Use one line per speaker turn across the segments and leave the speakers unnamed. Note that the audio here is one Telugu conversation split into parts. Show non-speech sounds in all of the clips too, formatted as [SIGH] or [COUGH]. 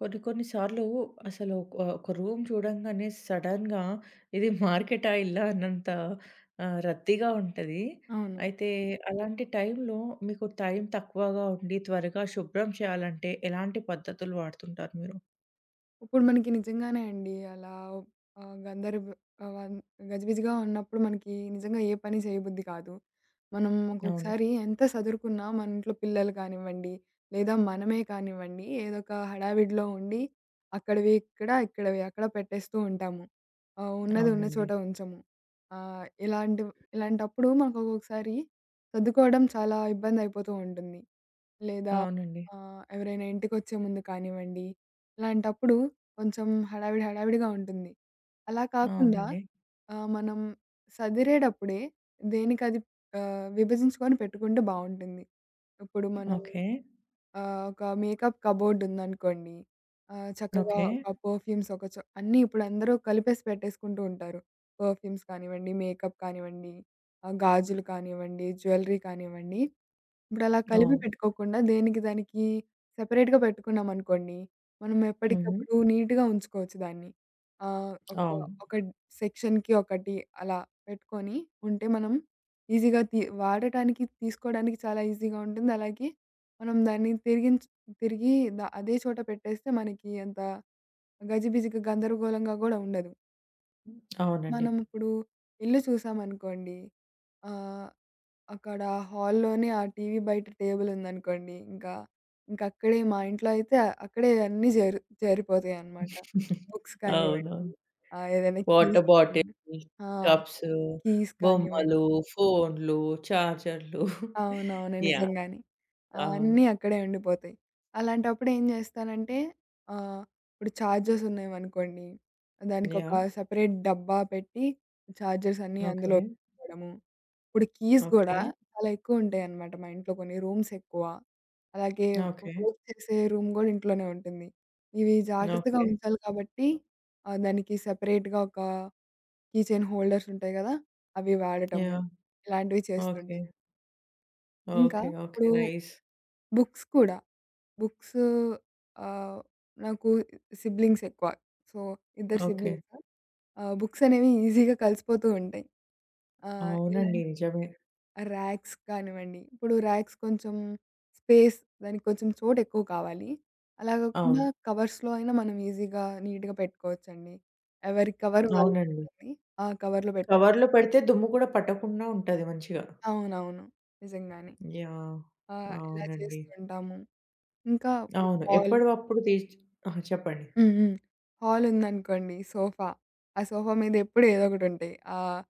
కొన్ని కొన్ని సార్లు అసలు ఒక ఒక రూమ్ చూడంగానే సడన్‌గా ఇది మార్కెటా? ఇల్లా? అన్నంత రద్దీగా ఉంటది.
అవును.
అయితే అలాంటి టైంలో మీకు టైం తక్కువగా ఉండి త్వరగా శుభ్రం చేయాలంటే ఎలాంటి పద్ధతులు వాడుతుంటారు మీరు?
ఇప్పుడు మనకి నిజంగానే అండి అలా ఆహ్, గందరగ ఆహ్, వన్ గజిబిజిగా ఉన్నప్పుడు మనకి నిజంగా ఏ పని చేయబుద్ధి కాదు. మనం
అవును.
ఒక్కొక్కసారి ఎంత సదురుకున్నా మన ఇంట్లో పిల్లలు కానివ్వండి, లేదా మనమే కానివ్వండి ఏదో ఒక హడావిడిలో ఉండి అక్కడివి ఇక్కడ, ఇక్కడివి అక్కడ పెట్టేస్తూ ఉంటాము. ఉన్నది ఉన్న
అవునండి.
చోట ఉంచము. ఆహ్, ఇలాంటి ఇలాంటప్పుడు మనకు ఒక్కొక్కసారి సర్దుకోవడం చాలా ఇబ్బంది అయిపోతూ ఉంటుంది. లేదా
అవునండి.
ఎవరైనా ఇంటికొచ్చే ముందు కానివ్వండి, ఇలాంటప్పుడు కొంచెం హడావిడి హడావిడిగా ఉంటుంది. అలా కాకుండా
అవునండి.
మనం సదిరేటప్పుడే దేనికది విభజించుకొని పెట్టుకుంటే బావుంటుంది. ఇప్పుడు మనం
ఓకే.
ఒక మేకప్ కబోర్డ్ ఉందనుకోండి. చక్కగా
ఓకే.
ఒక పర్ఫ్యూమ్స్ ఒక చో అన్నీ ఇప్పుడు అందరూ కలిపేసి పెట్టేసుకుంటూ ఉంటారు. పర్ఫ్యూమ్స్ కానివ్వండి, మేకప్ కానివ్వండి, గాజులు కానివ్వండి, జ్యువెలరీ కానివ్వండి. ఇప్పుడలా కలిపి
అవును.
పెట్టుకోకుండా దేనికి దానికి సెపరేట్‌గా పెట్టుకున్నామనుకోండి, మనం
హుహు.
ఎప్పటికప్పుడు నీట్‌గా ఉంచుకోవచ్చు దాన్ని. ఆహ్, ఒక
అవును.
ఒక సెక్షన్‌కి ఒకటి అలా పెట్టుకొని ఉంటే మనం ఈజీగా వాడటానికి, తీసుకోవడానికి చాలా ఈజీగా ఉంటుంది. అలాగే మనం దాన్ని తిరిగి అదే చోట పెట్టేస్తే మనకి అంత గజిబిజిగా గందరగోళంగా గూడా ఉండదు.
అవునండి.
మనం ఇప్పుడు ఇల్లు చూసామనుకోండి, ఆహ్ అక్కడ హాల్‌లోనే ఆ టీవీ బయట టేబులుందనుకోండి, ఇంకా ఇంకక్కడే మా ఇంట్లో అయితే అక్కడే అన్నీ జరిపోతాయనమాట.
[LAUGHS]
బుక్స్
అవునవును.
కానివ్వండి, ఏదైనా
వాటర్
కీస్ కానీ,
బాటిల్,
ఆ,
కప్స్,
కీస్ కానివ్వండి.
బొమ్మలు, ఫోన్‌లు, చార్జర్‌లు.
అవునవును,
యాహ్!
నిజంగానే.
అవును.
అన్నీ అక్కడే ఉండిపోతాయి. అలాంటప్పుడు ఏం చేస్తానంటే, ఆహ్, ఇప్పుడు చార్జర్స్ ఉన్నాయనుకోండి, దానికొక
యాహ్!
సెపరేట్ డబ్బా పెట్టి చార్జర్స్ అన్నీ
ఓకే.
అందులో పెట్టుకోవడము. ఇప్పుడు కీస్ గూడా
ఓకే.
చాలా ఎక్కువుంటాయనమాట మా ఇంట్లో కొన్ని. రూమ్స్ ఎక్కువ. అలాగే
ఓకే.
వర్క్ చేసే రూమ్ గూడా ఇంట్లోనే ఉంటుంది. ఇవి జాగ్రత్తగా
ఓకే.
ఉంచాలి కాబట్టి దానికి సెపరేట్‌గా ఒక కీ చైన్ హోల్డర్స్ ఉంటాయి గదా! అవి వాడటము.
యాహ్!
ఇలాంటివి చేస్తుంటా.
ఓకే.
ఇంకా
ఓకే. ఓకే.
ఇప్పుడు
నైస్.
బుక్స్ కూడా. బుక్స్, ఆహ్, నాకు సిబ్లింగ్స్ ఎక్కువ. సో, ఇద్దరు
ఓకే.
సిబ్లింగ్స్. బుక్స్ అనేవి ఈజీగా కలిసిపోతూ ఉంటాయి.
అవునండి.
ఇలాంటి
నిజమే.
ర్యాక్స్ కానివ్వండి. ఇప్పుడు ర్యాక్స్ కొంచెం స్పేస్, దానికి కొంచెం చోటెక్కువ కావాలి. అలా కాకుండా
అవును.
కవర్స్‌లో అయినా మనం ఈజీగా నీట్‌గా పెట్టుకోవచ్చండి. ఎవరి కవర్
అవునండి.
వాళ్ళకుంటుంది. ఆ కవర్‌లో పెట్టు
కవర్‌లో పెడితే దుమ్ము కూడా పట్టకుండా ఉంటది మంచిగా.
అవునవును, నిజంగానే.
యాహ్!
ఇలా
అవునండి.
చేస్తుంటాము. ఇంకా ఇప్పుడు
అవును.
హాల్,
ఎప్పటివప్పుడు తీసి ఆ! చెప్పండి.
హ్మ్. హ్మ్. హాలుందనుకోండి సోఫా. ఆ సోఫా మీద ఎప్పుడు ఏదో ఒకటుంటాయి. ఆహ్,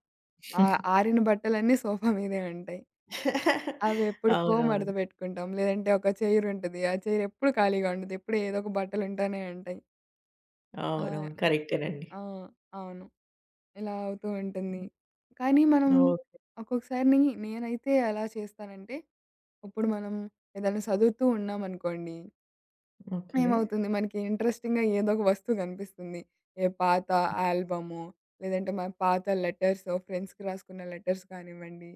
ఆ ఆరిన బట్టలన్నీ సోఫా మీదే ఉంటాయి.
[LAUGHS]
అవెప్పుడుకో
అవునవును.
మడత పెట్టుకుంటాం. లేదంటే ఒక చైరుంటది. ఆ చైర్ ఎప్పుడు ఖాళీగా ఉండదు. ఎప్పుడు ఏదో ఒక బట్టలుంటానే ఉంటాయి. ఆ!
అవునవును. కరెక్టేనండి.
ఆ! అవును. ఇలా అవుతూ ఉంటుంది. కానీ మనం
ఓహ్!
ఒక్కొక్కసారి నేనైతే ఎలా చేస్తానంటే, ఇప్పుడు మనం ఏదైనా చదువుతూ ఉన్నామనుకోండి,
ఓకే.
ఏమవుతుంది? మనకి ఇంట్రెస్టింగ్‌గా ఏదో ఒక వస్తువు గనిపిస్తుంది. ఏ పాత ఆల్బమో, లేదంటే మన పాత లెటర్సో, ఫ్రెండ్స్‌కి రాసుకున్న లెటర్స్ కానివ్వండి,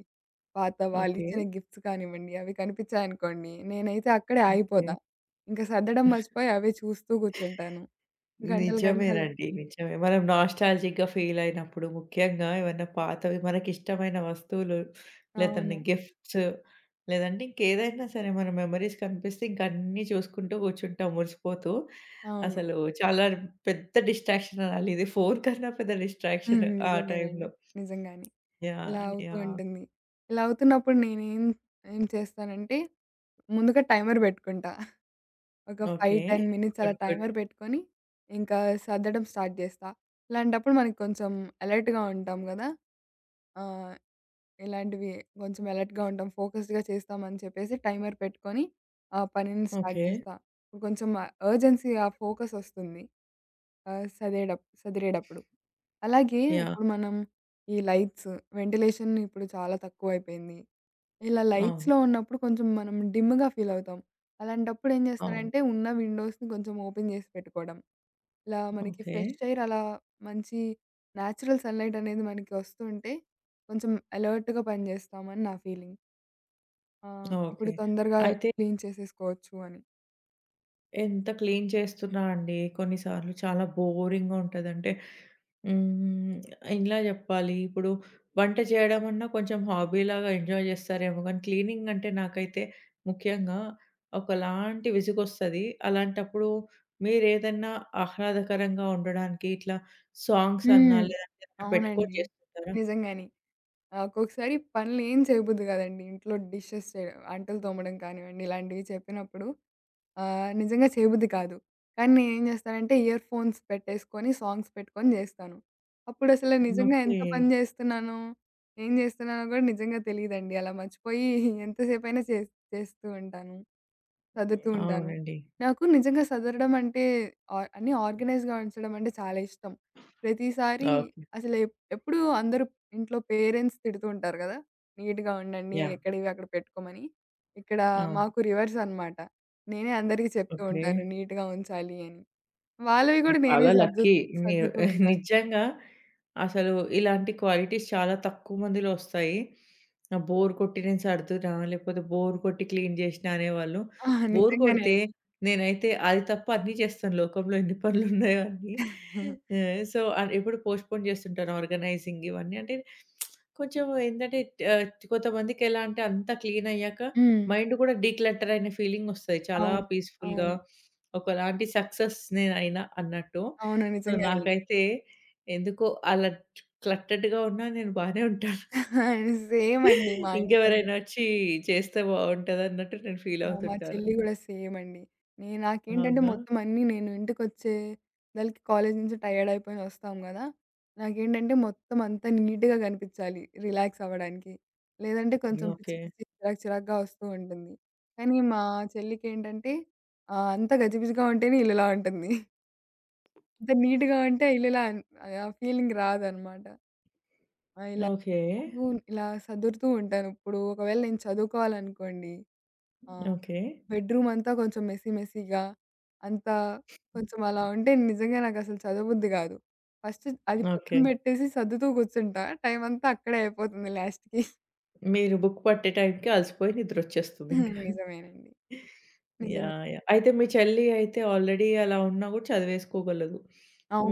పాత
ఓకే.
వాళ్ళిచ్చిన గిఫ్ట్స్ కానివ్వండి, అవి కనిపిచ్చాయనుకోండి, నేనైతే అక్కడే
ఓకే.
ఆగిపోతా. ఇంక సర్దడం మర్చిపోయి అవే చూస్తూ కూర్చుంటాను. గంటలు గంటలు.
నిజమేనండి. నిజమే. మనం నాస్టాల్జిక్‌గా ఫీల్ అయినప్పుడు ముఖ్యంగా ఏవన్నా పాతవి మనకిష్టమైన వస్తువులు, లేదంటే
అవును.
గిఫ్ట్స్, లేదంటే ఇంకేదైనా సరే మన మెమరీస్ కనిపిస్తే ఇంక అన్నీ చూసుకుంటూ కూర్చుంటాం మురిసిపోతూ.
అవును.
అసలు చాలా పెద్ద డిస్ట్రాక్షన్ అనాలి. ఇది ఫోను కన్నా పెద్ద డిస్ట్రాక్షన్
హ్మ్.
ఆ టైంలో.
నిజమేనండి. నిజంగానే. ఇలా
యాహ్!
అవుతూ
యాహ్!
ఉంటుంది. ఇలా అవుతున్నప్పుడు ఏం చేస్తానంటే, ముందుగా టైమర్ బెట్టుకుంటా. ఒక
ఓకే.
5, 10 మినిట్స్ అలా
గుడ్. గుడ్.
టైమర్ పెట్టుకొని, ఇంకా సర్దడం స్టార్ట్ చేస్తా. ఇలాంటప్పుడు మనకి కొంచెం అలర్ట్‌గా ఉంటాం గదా! ఆహ్, ఇలాంటివి కొంచెం అలర్ట్‌గా ఉంటాం, ఫోకస్డ్‌గా చేస్తామని చెప్పేసి టైమర్ పెట్టుకొని ఆ పనిని స్టార్ట్
ఓకే.
జేస్తా. ఇప్పుడు కొంచెం అర్జెన్సీ ఆ ఫోకస్ ఒస్తుంది. ఆహ్, సదేడప్ సదిరేటప్పుడు. అలాగే
యాహ్!
ఇప్పుడు మనం ఈ లైట్స్, వెంటిలేషన్ ఇప్పుడు చాలా తక్కువైపోయింది. ఇలా
అవును.
లైట్స్‌లో ఉన్నప్పుడు కొంచెం మనం డిమ్‌గా ఫీల్ అవుతాం. అలాంటప్పుడు ఏం
అవును.
చేస్తానంటే, ఉన్న విండోస్‌ని కొంచెం ఓపెన్ చేసి పెట్టుకోవడం. ఇలా మనకి
ఓకే.
ఫ్రెష్ ఎయిర్ అలా మంచి నేచురల్ సన్‌లైట్ అనేది మనకి వస్తుంటే, కొంచెం అలర్ట్‌గా పనిచేస్తామని నా ఫీలింగ్. ఆ!
ఓకే.
అప్పుడు తొందరగా
అయితే
క్లీన్ చేసేసుకోవచ్చు అని.
ఎంత క్లీన్ చేస్తున్నా అండి కొన్నిసార్లు చాలా బోరింగ్‌గా ఉంటదంటే, హ్మ్, ఎలా జెప్పాలి? ఇప్పుడు వంట చేయడం అన్నా కొంచెం హాబీలాగా ఎంజాయ్ జేస్తారేమో గానీ, క్లీనింగ్ అంటే నాకైతే ముఖ్యంగా ఒకలాంటి విసుగొస్తది. అలాంటప్పుడు మీరేదన్నా ఆహ్లాదకరంగా ఉండడానికి ఇట్లా సాంగ్స్ అన్నా
హ్మ్.
లేదంటే ఏదన్నా పెట్టుకొని
అవునండి.
చేస్తుంటారా?
నిజంగానే. ఒక్కొక్కసారి పనులేం చేయబుద్ది కాదండి. ఇంట్లో డిషెస్ చేయడం, అంటలు తోమడం కానివ్వండి, ఇలాంటివి చెప్పినప్పుడు నిజంగా చేయబుద్ధి కాదు. కానీ నేనేం చేస్తానంటే ఇయర్ ఫోన్స్ పెట్టేసుకొని సాంగ్స్ పెట్టుకొని జేస్తాను. అప్పుడసలు నిజంగా
ఓకే.
ఎంత పని జేస్తున్నానో, ఏం జేస్తున్నానో గూడా నిజంగా తెలీదండి. అలా మర్చిపోయి [LAUGHS] ఎంతసేపైనా చేస్తూ ఉంటాను. సదురుతూ ఉంటాను.
అవునండి.
నాకు నిజంగా సదరడం అంటే, అన్నీ ఆర్గనైజ్‌గా ఉంచడం అంటే చాలా ఇష్టం. ప్రతిసారి
ఓకే.
అసలు ఎప్పుడూ అందరూ ఇంట్లో పేరెంట్స్ తిడుతూ ఉంటారు గదా! నీట్‌గా ఉండండి,
యాహ్!
ఎక్కడివి అక్కడ పెట్టుకోమని. ఇక్కడ
ఆ!
మాకు రివర్స్ అనమాట. నేనే అందరికి చెప్తూ
ఓకే.
ఉంటాను నీట్‌గా ఉంచాలి అని. వాళ్ళవి కూడా నేనే
చాలా
సర్దు
లక్కీ మీరు.
సర్దుతూ
[LAUGHS]
ఉంటాను.
నిజంగా అసలు ఇలాంటి క్వాలిటీస్ చాలా తక్కువ మందిలో ఒస్తాయి. బోర్ కొట్టి నేను సర్దునా, లేకపోతే బోర్ కొట్టి క్లీన్ జేసినా అనేవాళ్ళు.
ఆ!
బోర్
నిజంగానే
కొడితే
అండి.
నేనైతే అది తప్ప అన్నీ చేస్తాను లోకంలో ఎన్ని పనులున్నాయో అన్నీ. ఆహ్, సో, ఆహ్, ఎప్పుడు పోస్ట్‌పోన్ జేస్తుంటాను ఆర్గనైజింగ్ ఇవన్నీ. అంటే కొంచెం ఏంటంటే, ఆహ్, కొంతమందికెలా అంటే అంతా క్లీన్ అయ్యాక
హ్మ్.
మైండ్ గూడా డీక్లటర్ అయిన ఫీలింగొస్తది. చాలా
అవును.
పీస్‌ఫుల్‌గా
అవును.
ఒకలాంటి సక్సెస్ నేనైనా అన్నట్టు.
అవును,
సో,
నిజంగానే.
నాకైతే ఎందుకో అలా క్లట్టర్డ్‌గా ఉన్నా నేను బానే ఉంటాను.
[LAUGHS] సేమ్ అండి మా ఇంట్లో
ఇంకెవరైనా
కూడా.
వచ్చి చేస్తే బావుంటదన్నట్టు నేను ఫీల్
ఆ! మా
అవుతుంటాను.
చెల్లి గూడా సేమ్ అండి. నాకేంటంటే
అవునా?
మొత్తం అన్నీ నేను ఇంటికొచ్చే దాళ్ళకి కాలేజీ నుంచి టయర్డ్ అయిపోయి వస్తాం గదా! నాకేంటంటే మొత్తం అంతా నీట్‌గా గనిపించాలి రిలాక్స్ అవ్వడానికి. లేదంటే కొంచెం పిచ్చి
ఓకే.
పిచ్చి చిరాకు చిరాకుగా వస్తూ ఉంటుంది. కానీ మా చెల్లికేంటంటే, అంతా గజిబిజిగా ఉంటేనే ఇల్లులా ఉంటుంది. అంత నీట్‌గా ఉంటే ఆ ఇల్లులా అన్ ఆ ఫీలింగ్ రాదనమాట. ఆ! ఇలా
ఓకే.
నాకు ఇలా సదురుతూ ఉంటాను. ఇప్పుడు ఒకవేళ నేను చదువుకోవాలనుకోండి, ఆ!
ఓకే.
బెడ్‌రూమ్ అంతా కొంచెం మెస్సీ మెస్సీగా, అంతా కొంచెం అలా ఉంటే నిజంగా నాకసలు చదవబుద్ధి గాదు. ఫస్ట్ అది పక్కన
ఓకే.
బెట్టేసి సర్దుతూ కూర్చుంటా. టైం అంతా అక్కడే అయిపోతుంది లాస్ట్‌కి. [LAUGHS]
మీరు బుక్ పట్టే టైంకి అలసిపోయి
హ్మ్.
నిద్రొచ్చేస్తుందింకా.
నిజమేనండి. నిజంగా.
యాహ్! యాహ్! అయితే మీ చెల్లి అయితే ఆల్రెడీ అలా ఉన్నా గూడా చదివేసుకోగలదు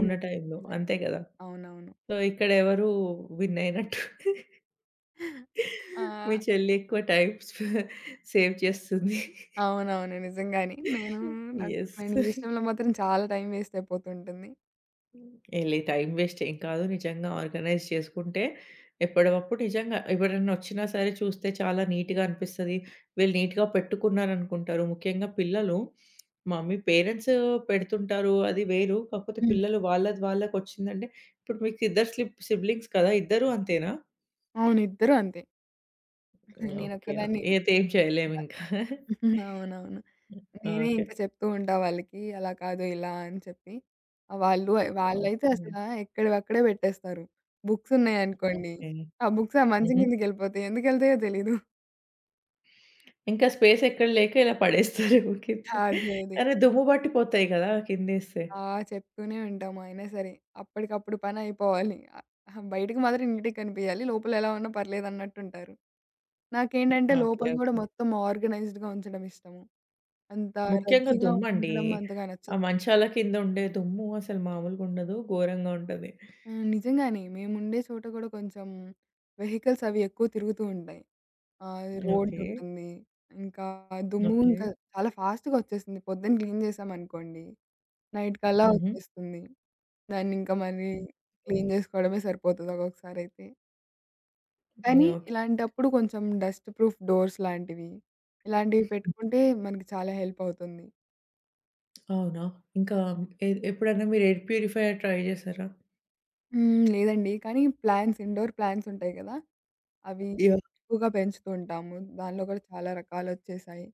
ఉన్న టైంలో.
నిజంగా.
అంతే గదా!
అవునవును.
సో, ఇక్కడ ఎవరు విన్ అయినట్టు.
ఆ!
మీ చెల్లి ఎక్కువ టైమ్ [LAUGHS] సేవ్ చేస్తుంది.
అవునవును, నిజంగానే. నాకు
యెస్.
నేను ఈ విషయంలో మాత్రం చాలా టైం వేస్ట్ అయిపోతుంటుంది.
ఏలే టైమ్ వేస్ట్ ఏం కాదు. నిజంగా ఆర్గనైజ్ చేసుకుంటే ఎప్పటివప్పుడు నిజంగా ఎవరైనా వచ్చినా సరే చూస్తే చాలా నీట్‌గా అనిపిస్తది. వీళ్ళు నీట్‌గా పెట్టుకున్నారనుకుంటారు. ముఖ్యంగా పిల్లలు, మమ్మీ పేరెంట్స్ పెడుతుంటారు అది వేరు. కాకపోతే
హ్మ్.
పిల్లలు వాళ్ళది వాళ్ళకొచ్చిందంటే ఇప్పుడు మీకు ఇద్దరు స్లిప్ సిబ్లింగ్స్ కదా! ఇద్దరు అంతేనా?
అవును. ఇద్దరూ అంతే.
ఓకే. ఓకే.
నేనొక్కదాన్ని.
అయితే ఏం చేయలేమింకా.
అవునవును. నేనే
ఓకే.
ఇంకా చెప్తూ ఉంటా వాళ్ళకి, అలా కాదు ఇలా అని చెప్పి. ఆహ్, వాళ్ళు వాళ్ళైతే
ఓకే.
ఎక్కడివక్కడే పెట్టేస్తారు. బుక్స్ ఉన్నాయనుకోండి,
ఓకే.
ఆ బుక్స్ ఆ మంచం
హుహు.
కిందకెళ్ళిపోతాయి. ఎందుకెళ్తాయో తెలీదు.
ఇంకా స్పేస్ ఎక్కడ లేక ఇలా పడేస్తారు [LAUGHS] కింద.
అది అది.
కానీ దుమ్ము పట్టిపోతాయి గదా! కిందేస్తే.
ఆ! చెప్తూనే ఉంటాము. అయినా సరే అప్పటికప్పుడు పనయిపోవాలి. అహా! బయటికి మాత్రం నీట్‌గా కనిపియాలి. లోపల ఎలా ఉన్నా పర్లేదన్నట్టుంటారు. నాకేంటంటే
ఓకే.
లోపల గూడా
ఓకే.
మొత్తం ఆర్గనైజ్డ్‌గా ఉంచడం ఇష్టము. అంత
ముఖ్యంగా
రద్దీగా
దుమ్మండి.
ఉండడం అంతగా
ఆ
నచ్చదు.
మంచాల కింద ఉండే దుమ్ము అసలు మామూలుగా ఉండదు. ఘోరంగా ఉంటది.
ఆ! నిజంగానే. మేముండే చోట గూడా కొంచెం వెహికల్స్ అవి ఎక్కువ తిరుగుతూ ఉంటాయి. ఆహ్, హ్మ్.
ఓకే.
రోడ్డుంటుంది. ఇంకా దుమ్ము
ఓకే.
ఇంకా చాలా ఫాస్ట్‌గా వచ్చేస్తుంది. పొద్దున క్లీన్ చేశామనుకోండి, నైట్ కల్లా
హుహు.
వచ్చేస్తుంది. దాన్నింకా మరి
ఓకే.
క్లీన్ చేసుకోవడమే సరిపోతది ఒక్కొక్కసారయితే. కానీ
ఓకే.
ఇలాంటప్పుడు కొంచెం డస్ట్ ప్రూఫ్ డోర్స్ లాంటివి, ఇలాంటివి పెట్టుకుంటే మనకి చాలా హెల్ప్ అవుతుంది.
అవునా? ఇంకా ఎప్పుడైనా మీరు ఎయిర్ ప్యూరిఫైయర్ ట్రై చేసారా?
హ్మ్. లేదండి. కానీ ప్లాంట్స్ ఇండోర్ ప్లాంట్స్ ఉంటాయి కదా! అవి
యాహ్!
ఎక్కువగా పెంచుతూ ఉంటాము. దానిలో కూడా చాలా రకాలొచ్చేశాయి.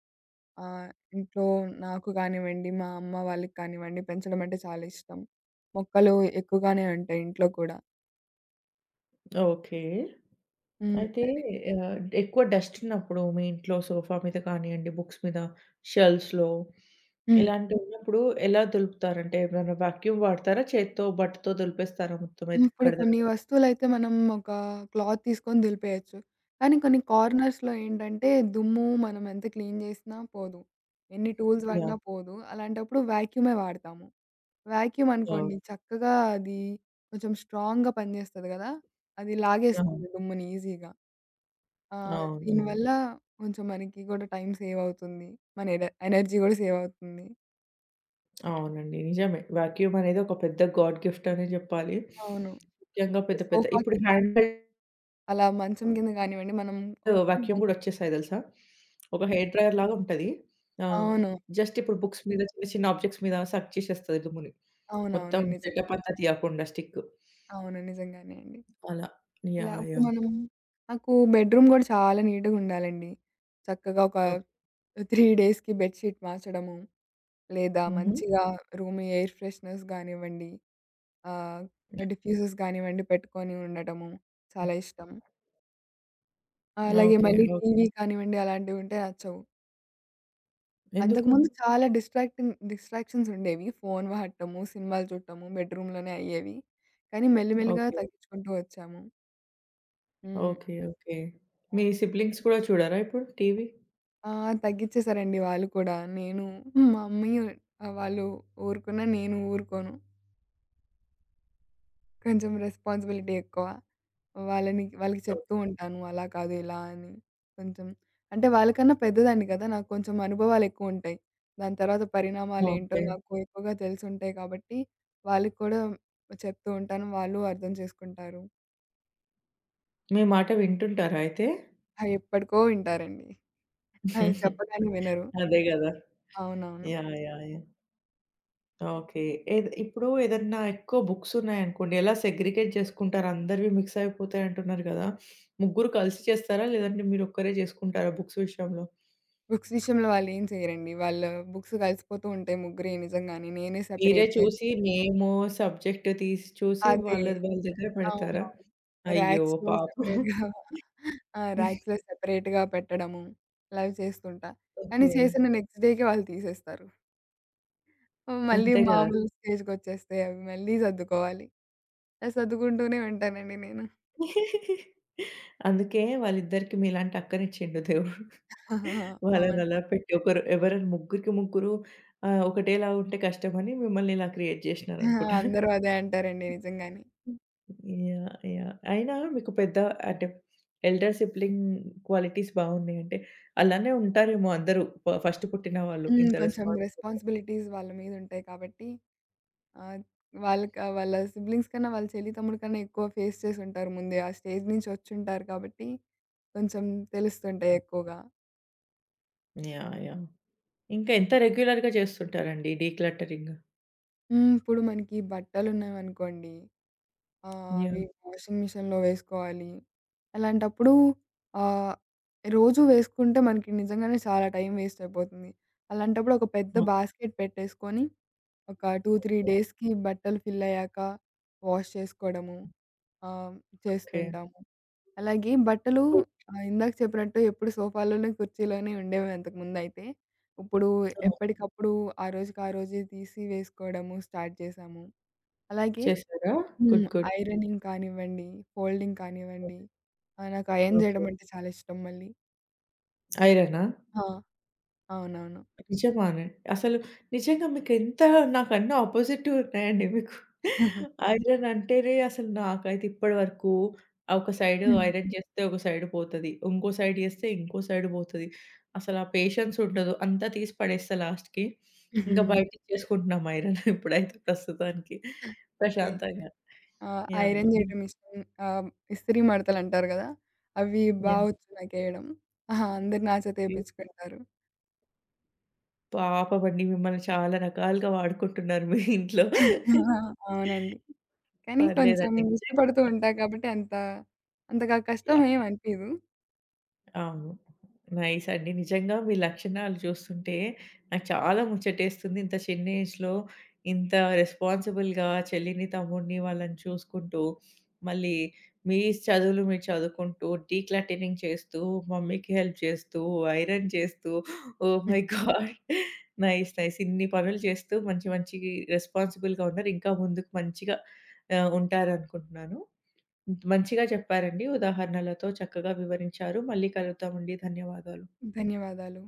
ఆహ్, ఇంట్లో నాకు కానివ్వండి, మా అమ్మ వాళ్ళకి కానివ్వండి పెంచడం అంటే చాలా ఇష్టం. మొక్కలు ఎక్కువగానే ఉంటాయి ఇంట్లో కూడా.
ఓకే.
హ్మ్.
అయితే
ఇలానే.
ఎక్కువ డస్ట్ ఉన్నప్పుడు మీ ఇంట్లో సోఫా మీద కానియండి, బుక్స్ మీద, షెల్ఫ్స్‌లో
హ్మ్.
ఇలాంటివున్నప్పుడు ఎలా దులుపుతారంటే ఏమైనా వాక్యూమ్ వాడతారా? చేత్తో, బట్టతో దులిపేస్తారా మొత్తం
హ్మ్. ఇప్పుడు కొన్ని
ఎక్కడిదక్కడ?
వస్తువులైతే మనం ఒక క్లాత్ తీసుకొని దులిపేయొచ్చు. కానీ కొన్ని కార్నర్స్‌లో ఏంటంటే దుమ్ము మనం ఎంత క్లీన్ జేసినా పోదు, ఎన్ని టూల్స్ వాడినా
యాహ్!
పోదు. అలాంటప్పుడు వాక్యూమే వాడతాము. వాక్యూమ్
అవును.
అనుకోండి చక్కగా అది కొంచెం స్ట్రాంగ్‌గా పనిజేస్తది గదా! అది
అవును.
లాగేస్తుంది దుమ్ముని ఈజీగా. ఆ!
అవునవును.
దీనివల్ల కొంచెం మనకి గూడా టైం సేవ్ అవుతుంది. మన ఎనర్జీ గూడా సేవ్ అవుతుంది.
అవునండి. నిజమే. వాక్యూమ్ అనేది ఒక పెద్ద గాడ్ గిఫ్ట్ అనే జెప్పాలి.
అవును.
ముఖ్యంగా
ఇప్పుడు
పెద్ద పెద్ద
సోఫా
ఇప్పుడు
కింద
హ్యాండ్
అలా మంచం కింద గానివ్వండి మనం ఒకసారి
వాక్యూమ్ గూడా వచ్చేసాయి దెలుసా? ఒక హెయిర్ డ్రైయర్ లాగా ఉంటది. ఆహ్,
అవును.
జస్ట్ ఇప్పుడు బుక్స్ మీద చిన్న చిన్న ఆబ్జెక్ట్స్ మీద సక్ చేసేస్తది దుమ్ముని. మొత్తం
అవునవును, నిజం.
సెటప్ అంతా తీయకుండా స్టిక్.
అవును, నిజంగానే అండి.
అలా.
అలా
యాహ్!
ఇప్పుడు
యాహ్!
మనం, నాకు బెడ్‌రూమ్ గూడా చాలా నీట్‌గా ఉండాలండి. చక్కగా ఒక
ఓకే.
3 డేస్‌కి బెడ్ షీట్ మార్చడము, లేదా
హుహు.
మంచిగా రూమ్ ఎయిర్ ఫ్రెషనర్స్ గానివ్వండి, ఆహ్, డిఫ్యూజర్స్ గానివ్వండి పెట్టుకొని ఉండటము చాలా ఇష్టం. అలాగే
ఓకే.
మళ్ళీ
ఓకే.
టీవీ కానివ్వండి అలాంటివుంటే నచ్చవు.
ఎందుకు?
అంతకుముందు చాలా డిస్ట్రాక్షన్స్ ఉండేవి. ఫోను వాడటము, సినిమాలు చూడటము బెడ్‌రూమ్‌లోనే అయ్యేవి. కానీ మెల్లిమెల్లిగా
ఓకే.
తగ్గించుకుంటూ వచ్చాము. హ్మ్.
ఓకే. ఓకే. మీ సిబ్లింగ్స్ కూడా చూడరా ఇప్పుడు టీవీ?
ఆ! తగ్గిచ్చేసారండి వాళ్ళు కూడా. నేను మా మమ్మీ ఆహ్, వాళ్ళు ఊరుకున్నా నేను ఊరుకోను. కొంచెం రెస్పాన్సిబిలిటీ ఎక్కువ. వాళ్ళని వాళ్ళకి
ఓకే.
చెప్తూ ఉంటాను, అలా కాదు, ఇలా అని. కొంచెం అంటే వాళ్ళకన్నా పెద్దదాన్ని కదా! నాకు కొంచెం అనుభవాలెక్కువుంటాయి. దాని తర్వాత పరిణామాలేంటో
ఓకే.
నాకు ఎక్కువగా తెలిసుంటాయి కాబట్టి, వాళ్ళకి కూడా చెప్తూ ఉంటాను. వాళ్ళు అర్థం చేసుకుంటారు.
మీ మాట వింటుంటారా అయితే?
అవి ఎప్పటికో వింటారండి. అవి చెప్పగానే వినరు.
[LAUGHS] అదే గదా!
అవునవును.
యాహ్! యాహ్! యాహ్! ఓకే. ఇప్పుడు ఏదన్నా ఎక్కువ బుక్స్ ఉన్నాయనుకోండి, ఎలా సెగ్రిగేట్ జేసుకుంటారు? అందరివి మిక్స్ అయిపోతాయంటున్నారు గదా! ముగ్గురు కలిసి చేస్తారా? లేదంటే మీరొక్కరే జేసుకుంటారా బుక్స్ విషయంలో?
బుక్స్ విషయంలో వాళ్ళేం చెయ్యరండి. వాళ్ళ బుక్స్ కలిసిపోతూ ఉంటాయి ముగ్గురియి నిజంగానే. నేనే
మీరే
సెపరేట్ చేసి
చూసి నేము, సబ్జెక్ట్ తీసి చూసి
అదే.
వాళ్ళది వాళ్ళ దగ్గర పెడతారా?
అవునవును.
అయ్యో!
ర్యాక్స్‌లో
పాపం.
సెపరేట్‌గా [LAUGHS] ఆ! ర్యాక్స్‌లో సెపరేట్‌గా పెట్టడము. ఇలా చేస్తుంటా. కానీ
ఓకే.
చేసిన నెక్స్ట్ డేకే వాళ్ళు తీసేస్తారు. హ్మ్. మళ్ళీ
అంతే గదా!
మామూలు స్టేజ్‌కొచ్చేస్తాయి అవి. మళ్ళీ సర్దుకోవాలి. అలా సర్దుకుంటూనే ఉంటానండి నేను.
అందుకే వాళ్ళిద్దరికి మీలాంటి అక్కనిచ్చిండు దేవుడు.
[LAUGHS] అవును.
వాళ్ళనలా పెట్టి ఒకరు ఎవరైనా ముగ్గురికి ముగ్గురు ఒకటేలా ఉంటే కష్టమని మిమ్మల్ని ఇలా క్రియేట్ జేషినారనుకుంటా.
అందరూ అదే అంటారండి నిజంగానే.
హ్మ్. యాహ్! యాహ్! అయినా మీకు పెద్ద, అంటే ఎల్డర్ సిబ్లింగ్ క్వాలిటీస్ బావున్నాయంటే, అలానే ఉంటారేమో అందరూ ఫస్ట్ పుట్టిన వాళ్ళు
హ్మ్.
ఇంత
కొంచెం
రెస్పాన్సిబుల్‌గా.
రెస్పాన్సిబిలిటీస్ వాళ్ళ మీద ఉంటాయి కాబట్టి ఆ! వాళ్ళకి ఆ వాళ్ళ సిబ్లింగ్స్ కన్నా, వాళ్ళ చెల్లి, తమ్ముడు కన్నా ఎక్కువ ఫేస్ చేసుంటారు ముందే. ఆ స్టేజ్ నుంచి వచ్చుంటారు కాబట్టి, కొంచెం తెలుస్తుంటాయి
యాహ్!
ఎక్కువగా.
యాహ్! యాహ్! ఇంకా ఎంత రెగ్యులర్‌గా చేస్తుంటారండి డీక్లటరింగ్?
హ్మ్. ఇప్పుడు మనకి బట్టలున్నాయనుకోండి.
యాహ్!
అవి వాషింగ్ మిషన్‌లో వేసుకోవాలి. అలాంటప్పుడు ఆహ్, రోజు వేసుకుంటే మనకి నిజంగానే చాలా టైం వేస్ట్ అయిపోతుంది. అలాంటప్పుడు ఒక పెద్ద బాస్కెట్ పెట్టేసుకొని, ఒక 2, 3 డేస్‌కి బట్టలు ఫిల్ అయ్యాక వాష్ చేసుకోవడము ఆహ్,
ఓకే.
చేస్తుంటాము. అలాగే బట్టలు,
గుడ్.
ఇందాక చెప్పినట్టు ఎప్పుడు సోఫాలోనే, కుర్చీలోనే ఉండేవి అంతకుముందయితే. ఇప్పుడు
ఆ!
ఎప్పటికప్పుడు ఆ రోజుకి ఆ రోజే తీసి వేసుకోవడము స్టార్ట్ చేశాము. అలాగే.
చేసారా?
హ్మ్.
గుడ్. గుడ్.
ఐరనింగ్ కానివ్వండి, ఫోల్డింగ్
ఓకే.
కానివ్వండి, నాకు అయర్న్
ఓకే.
చేయడం అంటే చాలా ఇష్టం మళ్ళీ.
ఐరనా?
ఆ! అవునవును.
నిజమానే. అసలు నిజంగా మీకెంత, నాకు అన్ని అపోజిట్టు ఉన్నాయండి మీకు. ఐరన్ అంటేనే అసలు నాకైతే ఇప్పటి వరకు ఆ ఒక సైడ్
హ్మ్.
ఐరన్ చేస్తే ఒక సైడ్ పోతది. ఇంకో సైడ్ చేస్తే ఇంకో సైడ్ పోతది. అసలు ఆ పేషెన్స్ ఉండదు. అంతా తీసి పడేస్తా లాస్ట్‌కి. ఇంకా
[LAUGHS]
బయటిచ్చేసుకుంటున్నాం ఐరన్ [LAUGHS] ఇప్పుడైతే ప్రస్తుతానికి
ఓకే.
ప్రశాంతంగా. యాహ్!
ఐరన్
హ్మ్.
చేయడం ఇష్టం. ఆహ్, ఇస్త్రీ మడతలంటారు గదా! అవి
యాహ్!
బావొచ్చు నాకేయడం. ఆహా! అందరూ నా చేత
హ్మ్.
ఏపిచ్చుకుంటారు.
పాపమండి మిమ్మల్ని చాలా రకాలుగా వాడుకుంటున్నారు మీ ఇంట్లో.
[LAUGHS] అవునండి. కానీ కొంచెం
పర్లేదండి
ఇష్టపడుతూ
నిజంగా.
ఉంటా కాబట్టి అంతగా కష్టం ఏమి అనిపియదు.
అవును. నైస్ అండి. నిజంగా మీ లక్షణాలు చూస్తుంటే నాకు చాలా ముచ్చటేస్తుంది. ఇంత చిన్న ఏజ్‌లో ఇంత రెస్పాన్సిబుల్‌గా చెల్లిని, తమ్ముడిని వాళ్ళని చూసుకుంటూ, మళ్ళీ మీ చదువులు మీరు చదువుకుంటూ, డీక్లటరింగ్ చేస్తూ, మమ్మీకి హెల్ప్ చేస్తూ, ఐరన్ చేస్తూ, oh my god! Nice. Nice. ఇన్ని పనులు చేస్తూ మంచి మంచి రెస్పాన్సిబుల్‌గా ఉన్నారు. ఇంకా ముందుకు మంచిగా ఉంటారనుకుంటున్నాను. మంచిగా చెప్పారండి. ఉదాహరణలతో చక్కగా వివరించారు. మళ్ళీ కలుద్దామండి. ధన్యవాదాలు.
ధన్యవాదాలు.